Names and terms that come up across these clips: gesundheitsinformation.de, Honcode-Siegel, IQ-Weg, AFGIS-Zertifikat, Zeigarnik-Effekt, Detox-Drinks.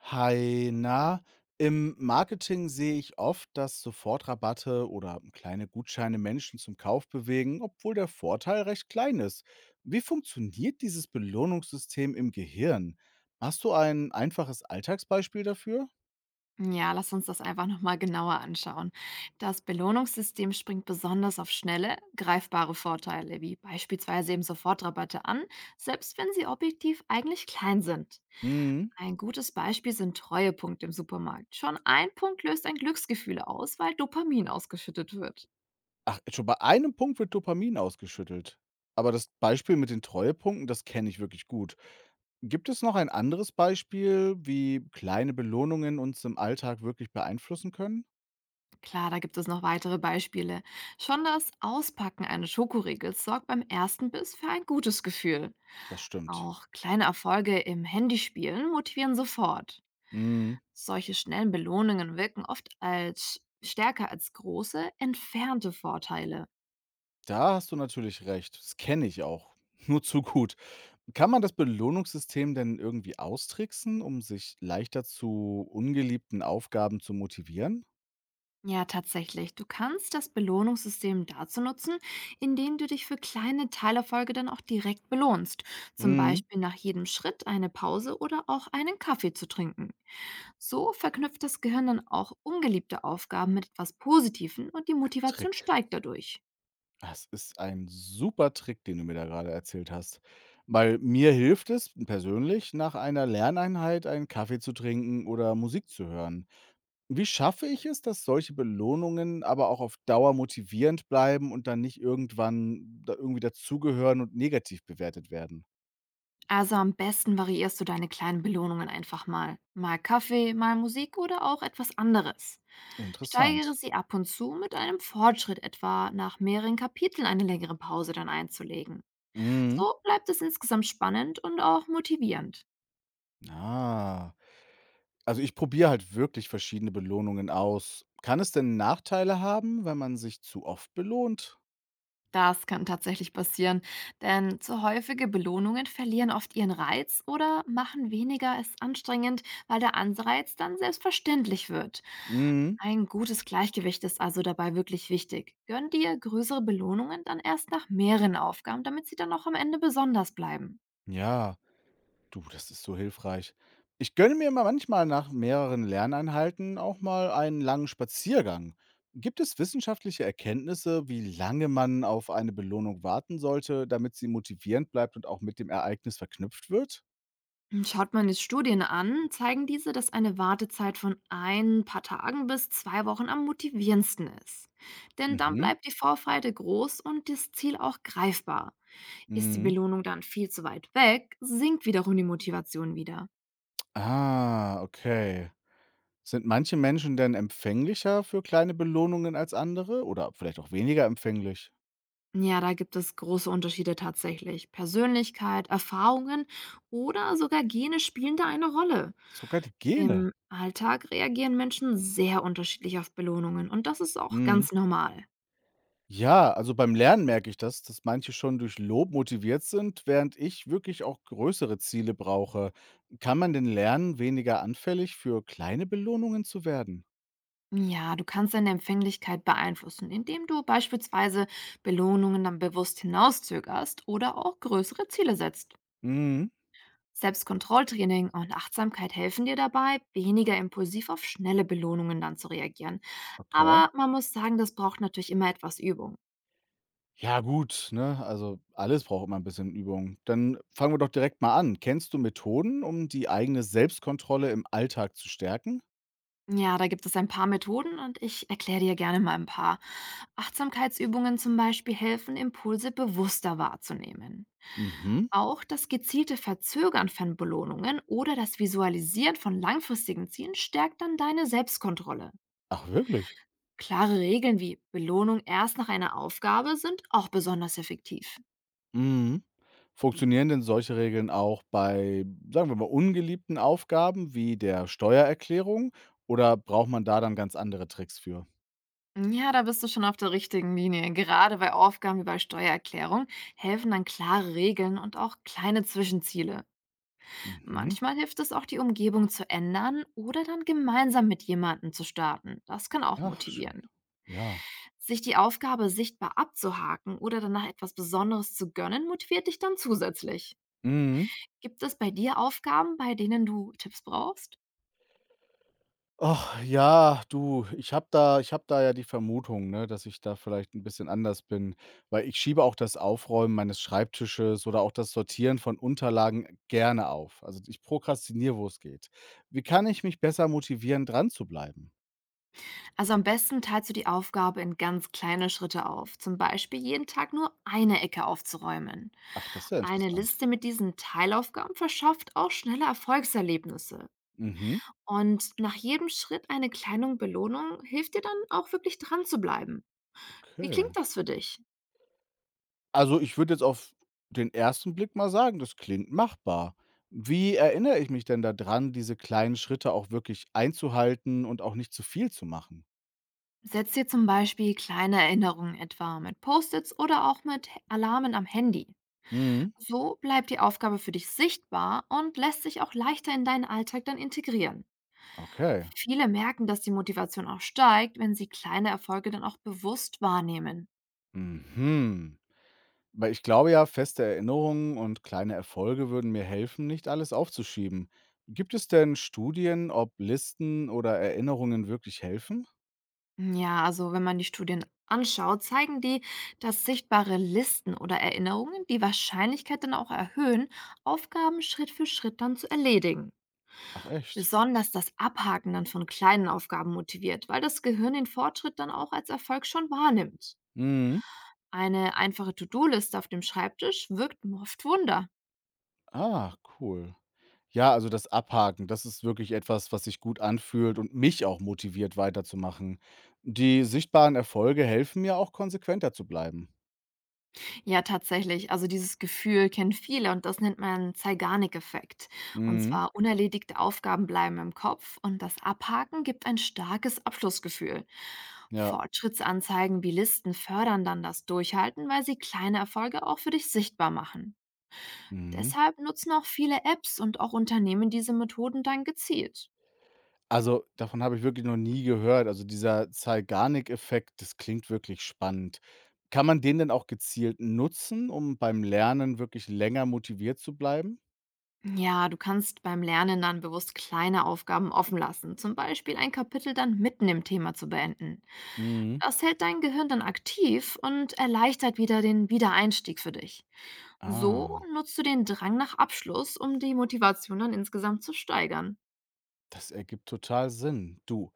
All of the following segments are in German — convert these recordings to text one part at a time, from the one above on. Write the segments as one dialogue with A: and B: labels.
A: Hi, na, im Marketing sehe ich oft, dass Sofortrabatte oder kleine Gutscheine Menschen zum Kauf bewegen, obwohl der Vorteil recht klein ist. Wie funktioniert dieses Belohnungssystem im Gehirn? Hast du ein einfaches Alltagsbeispiel dafür?
B: Ja, lass uns das einfach nochmal genauer anschauen. Das Belohnungssystem springt besonders auf schnelle, greifbare Vorteile, wie beispielsweise eben Sofortrabatte an, selbst wenn sie objektiv eigentlich klein sind.
A: Mhm.
B: Ein gutes Beispiel sind Treuepunkte im Supermarkt. Schon ein Punkt löst ein Glücksgefühl aus, weil Dopamin ausgeschüttet wird.
A: Ach, schon bei einem Punkt wird Dopamin ausgeschüttelt. Aber das Beispiel mit den Treuepunkten, das kenne ich wirklich gut. Gibt es noch ein anderes Beispiel, wie kleine Belohnungen uns im Alltag wirklich beeinflussen können?
B: Klar, da gibt es noch weitere Beispiele. Schon das Auspacken eines Schokoriegels sorgt beim ersten Biss für ein gutes Gefühl.
A: Das stimmt.
B: Auch kleine Erfolge im Handyspielen motivieren sofort.
A: Mhm.
B: Solche schnellen Belohnungen wirken oft als stärker als große, entfernte Vorteile.
A: Da hast du natürlich recht. Das kenne ich auch. Nur zu gut. Kann man das Belohnungssystem denn irgendwie austricksen, um sich leichter zu ungeliebten Aufgaben zu motivieren?
B: Ja, tatsächlich. Du kannst das Belohnungssystem dazu nutzen, indem du dich für kleine Teilerfolge dann auch direkt belohnst. Zum
A: Mhm.
B: Beispiel nach jedem Schritt eine Pause oder auch einen Kaffee zu trinken. So verknüpft das Gehirn dann auch ungeliebte Aufgaben mit etwas Positivem und die Motivation
A: Trick.
B: steigt dadurch.
A: Das ist ein super Trick, den du mir da gerade erzählt hast. Weil mir hilft es persönlich, nach einer Lerneinheit einen Kaffee zu trinken oder Musik zu hören. Wie schaffe ich es, dass solche Belohnungen aber auch auf Dauer motivierend bleiben und dann nicht irgendwann da irgendwie dazugehören und negativ bewertet werden?
B: Also am besten variierst du deine kleinen Belohnungen einfach mal. Mal Kaffee, mal Musik oder auch etwas anderes. Steigere
A: Interessant.
B: sie ab und zu mit einem Fortschritt, etwa nach mehreren Kapiteln eine längere Pause dann einzulegen.
A: Mhm.
B: So bleibt es insgesamt spannend und auch motivierend.
A: Ah. Also ich probiere halt wirklich verschiedene Belohnungen aus. Kann es denn Nachteile haben, wenn man sich zu oft belohnt?
B: Das kann tatsächlich passieren, denn zu häufige Belohnungen verlieren oft ihren Reiz oder machen weniger es anstrengend, weil der Anreiz dann selbstverständlich wird.
A: Mhm.
B: Ein gutes Gleichgewicht ist also dabei wirklich wichtig. Gönn dir größere Belohnungen dann erst nach mehreren Aufgaben, damit sie dann auch am Ende besonders bleiben.
A: Ja. Du, das ist so hilfreich. Ich gönne mir immer manchmal nach mehreren Lerneinheiten auch mal einen langen Spaziergang. Gibt es wissenschaftliche Erkenntnisse, wie lange man auf eine Belohnung warten sollte, damit sie motivierend bleibt und auch mit dem Ereignis verknüpft wird?
B: Schaut man jetzt Studien an, zeigen diese, dass eine Wartezeit von ein paar Tagen bis 2 Wochen am motivierendsten ist. Denn dann
A: Mhm.
B: bleibt die Vorfreude groß und das Ziel auch greifbar. Ist die
A: Mhm.
B: Belohnung dann viel zu weit weg, sinkt wiederum die Motivation wieder.
A: Ah, okay. Sind manche Menschen denn empfänglicher für kleine Belohnungen als andere oder vielleicht auch weniger empfänglich?
B: Ja, da gibt es große Unterschiede tatsächlich. Persönlichkeit, Erfahrungen oder sogar Gene spielen da eine Rolle.
A: Sogar die Gene.
B: Im Alltag reagieren Menschen sehr unterschiedlich auf Belohnungen und das ist auch
A: Mhm.
B: ganz normal.
A: Ja, also beim Lernen merke ich das, dass manche schon durch Lob motiviert sind, während ich wirklich auch größere Ziele brauche. Kann man denn lernen, weniger anfällig für kleine Belohnungen zu werden?
B: Ja, du kannst deine Empfänglichkeit beeinflussen, indem du beispielsweise Belohnungen dann bewusst hinauszögerst oder auch größere Ziele setzt.
A: Mhm.
B: Selbstkontrolltraining und Achtsamkeit helfen dir dabei, weniger impulsiv auf schnelle Belohnungen dann zu reagieren.
A: Okay.
B: Aber man muss sagen, das braucht natürlich immer etwas Übung.
A: Ja, gut, ne? Also alles braucht immer ein bisschen Übung. Dann fangen wir doch direkt mal an. Kennst du Methoden, um die eigene Selbstkontrolle im Alltag zu stärken?
B: Ja, da gibt es ein paar Methoden und ich erkläre dir gerne mal ein paar. Achtsamkeitsübungen zum Beispiel helfen, Impulse bewusster wahrzunehmen.
A: Mhm.
B: Auch das gezielte Verzögern von Belohnungen oder das Visualisieren von langfristigen Zielen stärkt dann deine Selbstkontrolle.
A: Ach, wirklich?
B: Klare Regeln wie Belohnung erst nach einer Aufgabe sind auch besonders effektiv.
A: Mhm. Funktionieren denn solche Regeln auch bei, sagen wir mal, ungeliebten Aufgaben wie der Steuererklärung oder braucht man da dann ganz andere Tricks für?
B: Ja, da bist du schon auf der richtigen Linie. Gerade bei Aufgaben wie bei Steuererklärung helfen dann klare Regeln und auch kleine Zwischenziele.
A: Mhm.
B: Manchmal hilft es auch, die Umgebung zu ändern oder dann gemeinsam mit jemandem zu starten. Das kann auch
A: Ach, schön.
B: motivieren.
A: Ja.
B: Sich die Aufgabe sichtbar abzuhaken oder danach etwas Besonderes zu gönnen, motiviert dich dann zusätzlich.
A: Mhm.
B: Gibt es bei dir Aufgaben, bei denen du Tipps brauchst?
A: Ach ja, du, ich habe da ja die Vermutung, ne, dass ich da vielleicht ein bisschen anders bin, weil ich schiebe auch das Aufräumen meines Schreibtisches oder auch das Sortieren von Unterlagen gerne auf. Also, ich prokrastiniere, wo es geht. Wie kann ich mich besser motivieren, dran zu bleiben?
B: Also am besten teilst du die Aufgabe in ganz kleine Schritte auf, zum Beispiel jeden Tag nur eine Ecke aufzuräumen.
A: Ach, das ist ja
B: Eine
A: interessant.
B: Liste mit diesen Teilaufgaben verschafft auch schnelle Erfolgserlebnisse.
A: Mhm.
B: Und nach jedem Schritt eine kleine Belohnung hilft dir dann auch wirklich dran zu bleiben. Wie
A: Okay.
B: klingt das für dich?
A: Also, ich würde jetzt auf den ersten Blick mal sagen, das klingt machbar. Wie erinnere ich mich denn daran, diese kleinen Schritte auch wirklich einzuhalten und auch nicht zu viel zu machen?
B: Setz dir zum Beispiel kleine Erinnerungen etwa mit Post-its oder auch mit Alarmen am Handy.
A: Mhm.
B: So bleibt die Aufgabe für dich sichtbar und lässt sich auch leichter in deinen Alltag dann integrieren.
A: Okay.
B: Viele merken, dass die Motivation auch steigt, wenn sie kleine Erfolge dann auch bewusst wahrnehmen.
A: Mhm. Weil ich glaube ja, feste Erinnerungen und kleine Erfolge würden mir helfen, nicht alles aufzuschieben. Gibt es denn Studien, ob Listen oder Erinnerungen wirklich helfen?
B: Ja, also wenn man die Studien anschaut, zeigen die, dass sichtbare Listen oder Erinnerungen die Wahrscheinlichkeit dann auch erhöhen, Aufgaben Schritt für Schritt dann zu erledigen.
A: Ach echt?
B: Besonders das Abhaken dann von kleinen Aufgaben motiviert, weil das Gehirn den Fortschritt dann auch als Erfolg schon wahrnimmt.
A: Mhm.
B: Eine einfache To-Do-Liste auf dem Schreibtisch wirkt oft Wunder.
A: Ah, cool. Ja, also das Abhaken, das ist wirklich etwas, was sich gut anfühlt und mich auch motiviert weiterzumachen. Die sichtbaren Erfolge helfen mir auch konsequenter zu bleiben.
B: Ja, tatsächlich. Also dieses Gefühl kennen viele und das nennt man Zeigarnik-Effekt. Und
A: Mhm.
B: zwar unerledigte Aufgaben bleiben im Kopf und das Abhaken gibt ein starkes Abschlussgefühl.
A: Ja.
B: Fortschrittsanzeigen wie Listen fördern dann das Durchhalten, weil sie kleine Erfolge auch für dich sichtbar machen.
A: Mhm.
B: Deshalb nutzen auch viele Apps und auch Unternehmen diese Methoden dann gezielt.
A: Also davon habe ich wirklich noch nie gehört. Also dieser Zeigarnik-Effekt, das klingt wirklich spannend. Kann man den denn auch gezielt nutzen, um beim Lernen wirklich länger motiviert zu bleiben?
B: Ja, du kannst beim Lernen dann bewusst kleine Aufgaben offen lassen, zum Beispiel ein Kapitel dann mitten im Thema zu beenden.
A: Mhm.
B: Das hält dein Gehirn dann aktiv und erleichtert wieder den Wiedereinstieg für dich. So
A: Ah,
B: nutzt du den Drang nach Abschluss, um die Motivation dann insgesamt zu steigern.
A: das ergibt total Sinn. Du,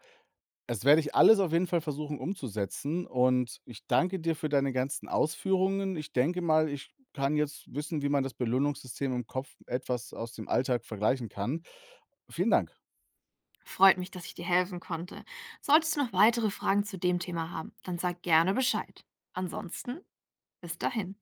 A: das werde ich alles auf jeden Fall versuchen umzusetzen und ich danke dir für deine ganzen Ausführungen. Ich denke mal, ich kann jetzt wissen, wie man das Belohnungssystem im Kopf etwas aus dem Alltag vergleichen kann. Vielen Dank.
B: Freut mich, dass ich dir helfen konnte. Solltest du noch weitere Fragen zu dem Thema haben, dann sag gerne Bescheid. Ansonsten, bis dahin.